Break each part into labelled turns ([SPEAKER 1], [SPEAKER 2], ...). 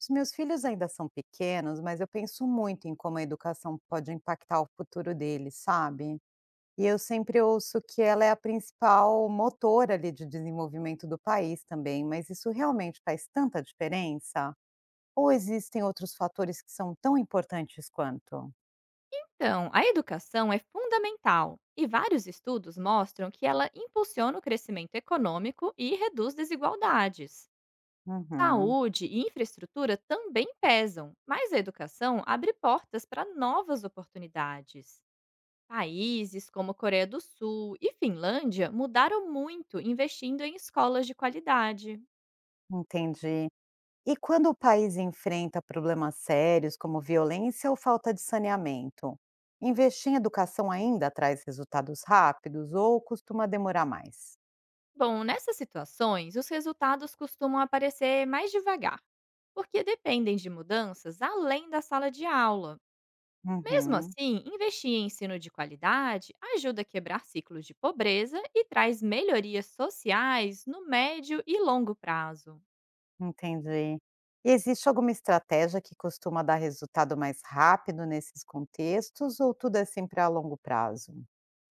[SPEAKER 1] Os meus filhos ainda são pequenos, mas eu penso muito em como a educação pode impactar o futuro deles, sabe? E eu sempre ouço que ela é a principal motor ali de desenvolvimento do país também, mas isso realmente faz tanta diferença? Ou existem outros fatores que são tão importantes quanto?
[SPEAKER 2] Então, a educação é fundamental e vários estudos mostram que ela impulsiona o crescimento econômico e reduz desigualdades.
[SPEAKER 1] Uhum,
[SPEAKER 2] Saúde e infraestrutura também pesam, mas a educação abre portas para novas oportunidades. Países como Coreia do Sul e Finlândia mudaram muito investindo em escolas de qualidade.
[SPEAKER 1] entendi. E quando o país enfrenta problemas sérios, como violência ou falta de saneamento, investir em educação ainda traz resultados rápidos ou costuma demorar mais?
[SPEAKER 2] Bom, nessas situações, os resultados costumam aparecer mais devagar, porque dependem de mudanças além da sala de aula. Mesmo
[SPEAKER 1] Uhum,
[SPEAKER 2] assim, investir em ensino de qualidade ajuda a quebrar ciclos de pobreza e traz melhorias sociais no médio e longo prazo.
[SPEAKER 1] entendi. E existe alguma estratégia que costuma dar resultado mais rápido nesses contextos ou tudo é sempre a longo prazo?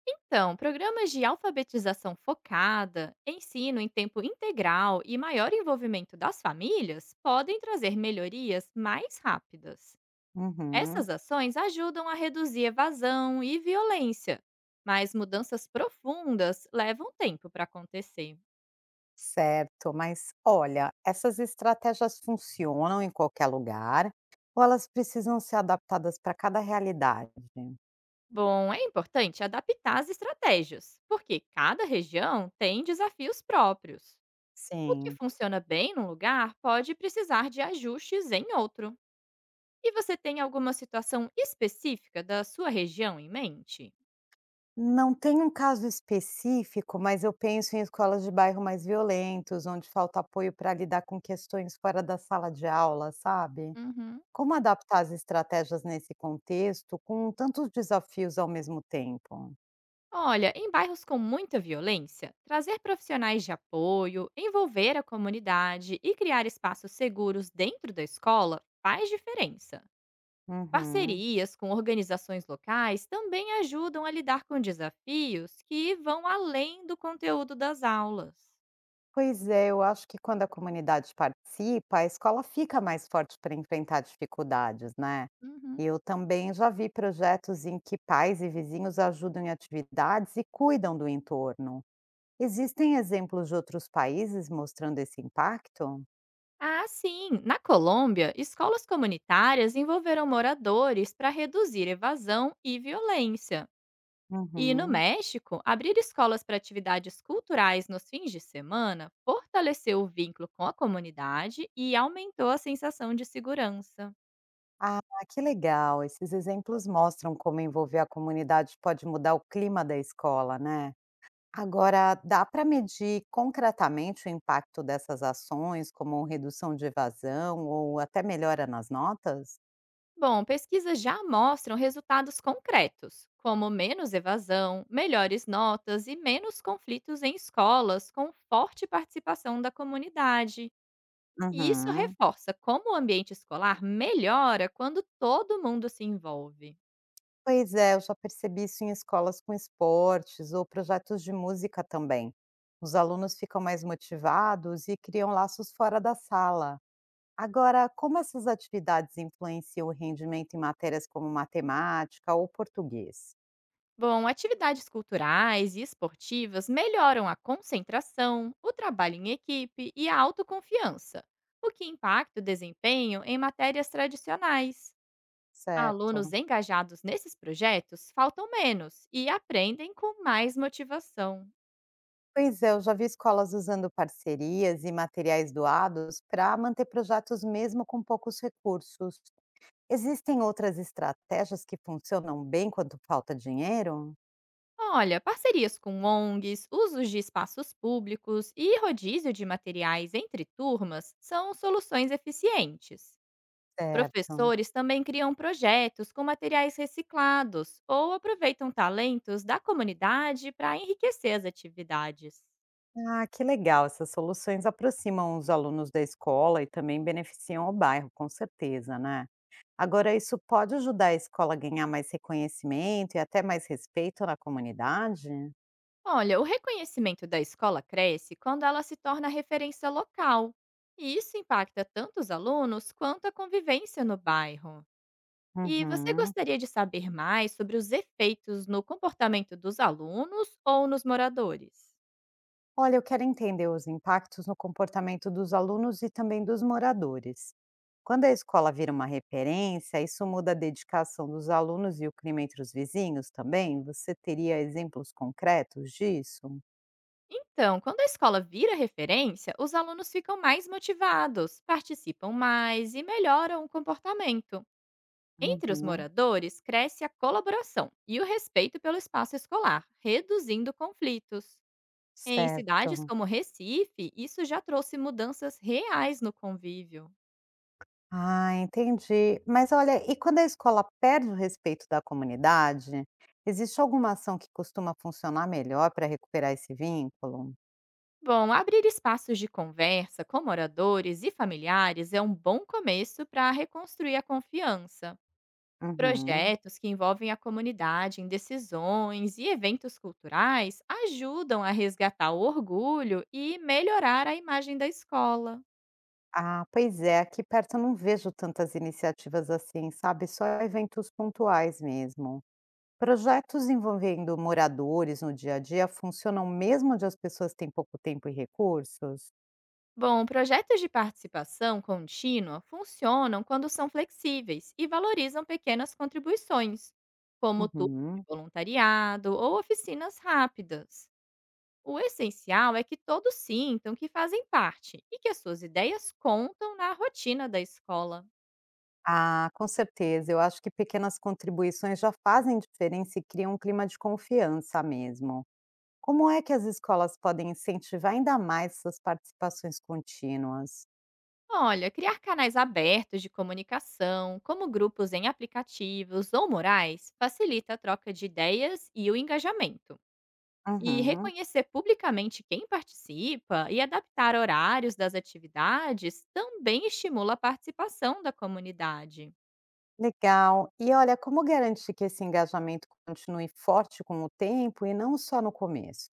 [SPEAKER 2] Então, programas de alfabetização focada, ensino em tempo integral e maior envolvimento das famílias podem trazer melhorias mais rápidas.
[SPEAKER 1] Uhum,
[SPEAKER 2] Essas ações ajudam a reduzir evasão e violência, mas mudanças profundas levam tempo para acontecer.
[SPEAKER 1] certo. Mas olha, essas estratégias funcionam em qualquer lugar ou elas precisam ser adaptadas para cada realidade?
[SPEAKER 2] Bom, é importante adaptar as estratégias, porque cada região tem desafios próprios. O que
[SPEAKER 1] Sim.
[SPEAKER 2] funciona bem num lugar pode precisar de ajustes em outro. E você tem alguma situação específica da sua região em mente?
[SPEAKER 1] Não tem um caso específico, mas eu penso em escolas de bairro mais violentos, onde falta apoio para lidar com questões fora da sala de aula, sabe?
[SPEAKER 2] Uhum.
[SPEAKER 1] Como adaptar as estratégias nesse contexto com tantos desafios ao mesmo tempo?
[SPEAKER 2] Olha, em bairros com muita violência, trazer profissionais de apoio, envolver a comunidade e criar espaços seguros dentro da escola faz diferença.
[SPEAKER 1] Uhum.
[SPEAKER 2] Parcerias com organizações locais também ajudam a lidar com desafios que vão além do conteúdo das aulas.
[SPEAKER 1] Pois é, eu acho que quando a comunidade participa, a escola fica mais forte para enfrentar dificuldades, né?
[SPEAKER 2] Uhum.
[SPEAKER 1] E eu também já vi projetos em que pais e vizinhos ajudam em atividades e cuidam do entorno. Existem exemplos de outros países mostrando esse impacto?
[SPEAKER 2] Ah, sim! Na Colômbia, escolas comunitárias envolveram moradores para reduzir evasão e violência. E no
[SPEAKER 1] Uhum.
[SPEAKER 2] México, abrir escolas para atividades culturais nos fins de semana fortaleceu o vínculo com a comunidade e aumentou a sensação de segurança.
[SPEAKER 1] Ah, que legal! Esses exemplos mostram como envolver a comunidade pode mudar o clima da escola, né? Agora, dá para medir concretamente o impacto dessas ações, como redução de evasão ou até melhora nas notas?
[SPEAKER 2] Bom, pesquisas já mostram resultados concretos, como menos evasão, melhores notas e menos conflitos em escolas com forte participação da comunidade. E isso
[SPEAKER 1] Uhum.
[SPEAKER 2] reforça como o ambiente escolar melhora quando todo mundo se envolve.
[SPEAKER 1] Pois é, eu já percebi isso em escolas com esportes ou projetos de música também. Os alunos ficam mais motivados e criam laços fora da sala. Agora, como essas atividades influenciam o rendimento em matérias como matemática ou português?
[SPEAKER 2] Bom, atividades culturais e esportivas melhoram a concentração, o trabalho em equipe e a autoconfiança, o que impacta o desempenho em matérias tradicionais. Alunos
[SPEAKER 1] Certo.
[SPEAKER 2] engajados nesses projetos faltam menos e aprendem com mais motivação.
[SPEAKER 1] Pois é, eu já vi escolas usando parcerias e materiais doados para manter projetos mesmo com poucos recursos. Existem outras estratégias que funcionam bem quando falta dinheiro?
[SPEAKER 2] Olha, parcerias com ONGs, usos de espaços públicos e rodízio de materiais entre turmas são soluções eficientes.
[SPEAKER 1] Certo.
[SPEAKER 2] Professores também criam projetos com materiais reciclados ou aproveitam talentos da comunidade para enriquecer as atividades.
[SPEAKER 1] Ah, que legal. Essas soluções aproximam os alunos da escola e também beneficiam o bairro, com certeza, né? Agora, isso pode ajudar a escola a ganhar mais reconhecimento e até mais respeito na comunidade?
[SPEAKER 2] Olha, o reconhecimento da escola cresce quando ela se torna referência local. E isso impacta tanto os alunos quanto a convivência no bairro. E você
[SPEAKER 1] Uhum.
[SPEAKER 2] gostaria de saber mais sobre os efeitos no comportamento dos alunos ou nos moradores?
[SPEAKER 1] Olha, eu quero entender os impactos no comportamento dos alunos e também dos moradores. Quando a escola vira uma referência, isso muda a dedicação dos alunos e o clima entre os vizinhos também? Você teria exemplos concretos disso?
[SPEAKER 2] Então, quando a escola vira referência, os alunos ficam mais motivados, participam mais e melhoram o comportamento. Entre os
[SPEAKER 1] Uhum,
[SPEAKER 2] moradores, cresce a colaboração e o respeito pelo espaço escolar, reduzindo conflitos. Em cidades
[SPEAKER 1] certo.
[SPEAKER 2] como Recife, isso já trouxe mudanças reais no convívio.
[SPEAKER 1] Ah, entendi. Mas olha, e quando a escola perde o respeito da comunidade, existe alguma ação que costuma funcionar melhor para recuperar esse vínculo?
[SPEAKER 2] Bom, abrir espaços de conversa com moradores e familiares é um bom começo para reconstruir a confiança.
[SPEAKER 1] Uhum.
[SPEAKER 2] Projetos que envolvem a comunidade em decisões e eventos culturais ajudam a resgatar o orgulho e melhorar a imagem da escola.
[SPEAKER 1] Ah, pois é, aqui perto eu não vejo tantas iniciativas assim, sabe? Só eventos pontuais mesmo. Projetos envolvendo moradores no dia a dia funcionam mesmo onde as pessoas têm pouco tempo e recursos?
[SPEAKER 2] Bom, projetos de participação contínua funcionam quando são flexíveis e valorizam pequenas contribuições, como turmas de
[SPEAKER 1] Uhum.
[SPEAKER 2] voluntariado ou oficinas rápidas. O essencial é que todos sintam que fazem parte e que as suas ideias contam na rotina da escola.
[SPEAKER 1] Ah, com certeza. Eu acho que pequenas contribuições já fazem diferença e criam um clima de confiança mesmo. Como é que as escolas podem incentivar ainda mais essas participações contínuas?
[SPEAKER 2] Olha, criar canais abertos de comunicação, como grupos em aplicativos ou murais, facilita a troca de ideias e o engajamento. E
[SPEAKER 1] Uhum,
[SPEAKER 2] reconhecer publicamente quem participa e adaptar horários das atividades também estimula a participação da comunidade.
[SPEAKER 1] legal. E olha, como garantir que esse engajamento continue forte com o tempo e não só no começo?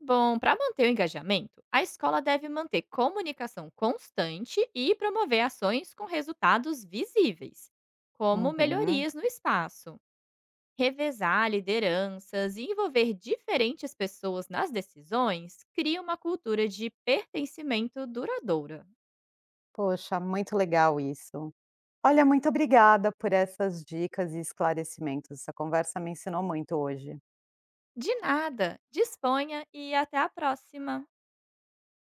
[SPEAKER 2] Bom, para manter o engajamento, a escola deve manter comunicação constante e promover ações com resultados visíveis, como
[SPEAKER 1] Uhum.
[SPEAKER 2] melhorias no espaço. Revezar lideranças e envolver diferentes pessoas nas decisões cria uma cultura de pertencimento duradoura.
[SPEAKER 1] Poxa, muito legal isso. Olha, muito obrigada por essas dicas e esclarecimentos. Essa conversa me ensinou muito hoje.
[SPEAKER 2] De nada. Disponha e até a próxima.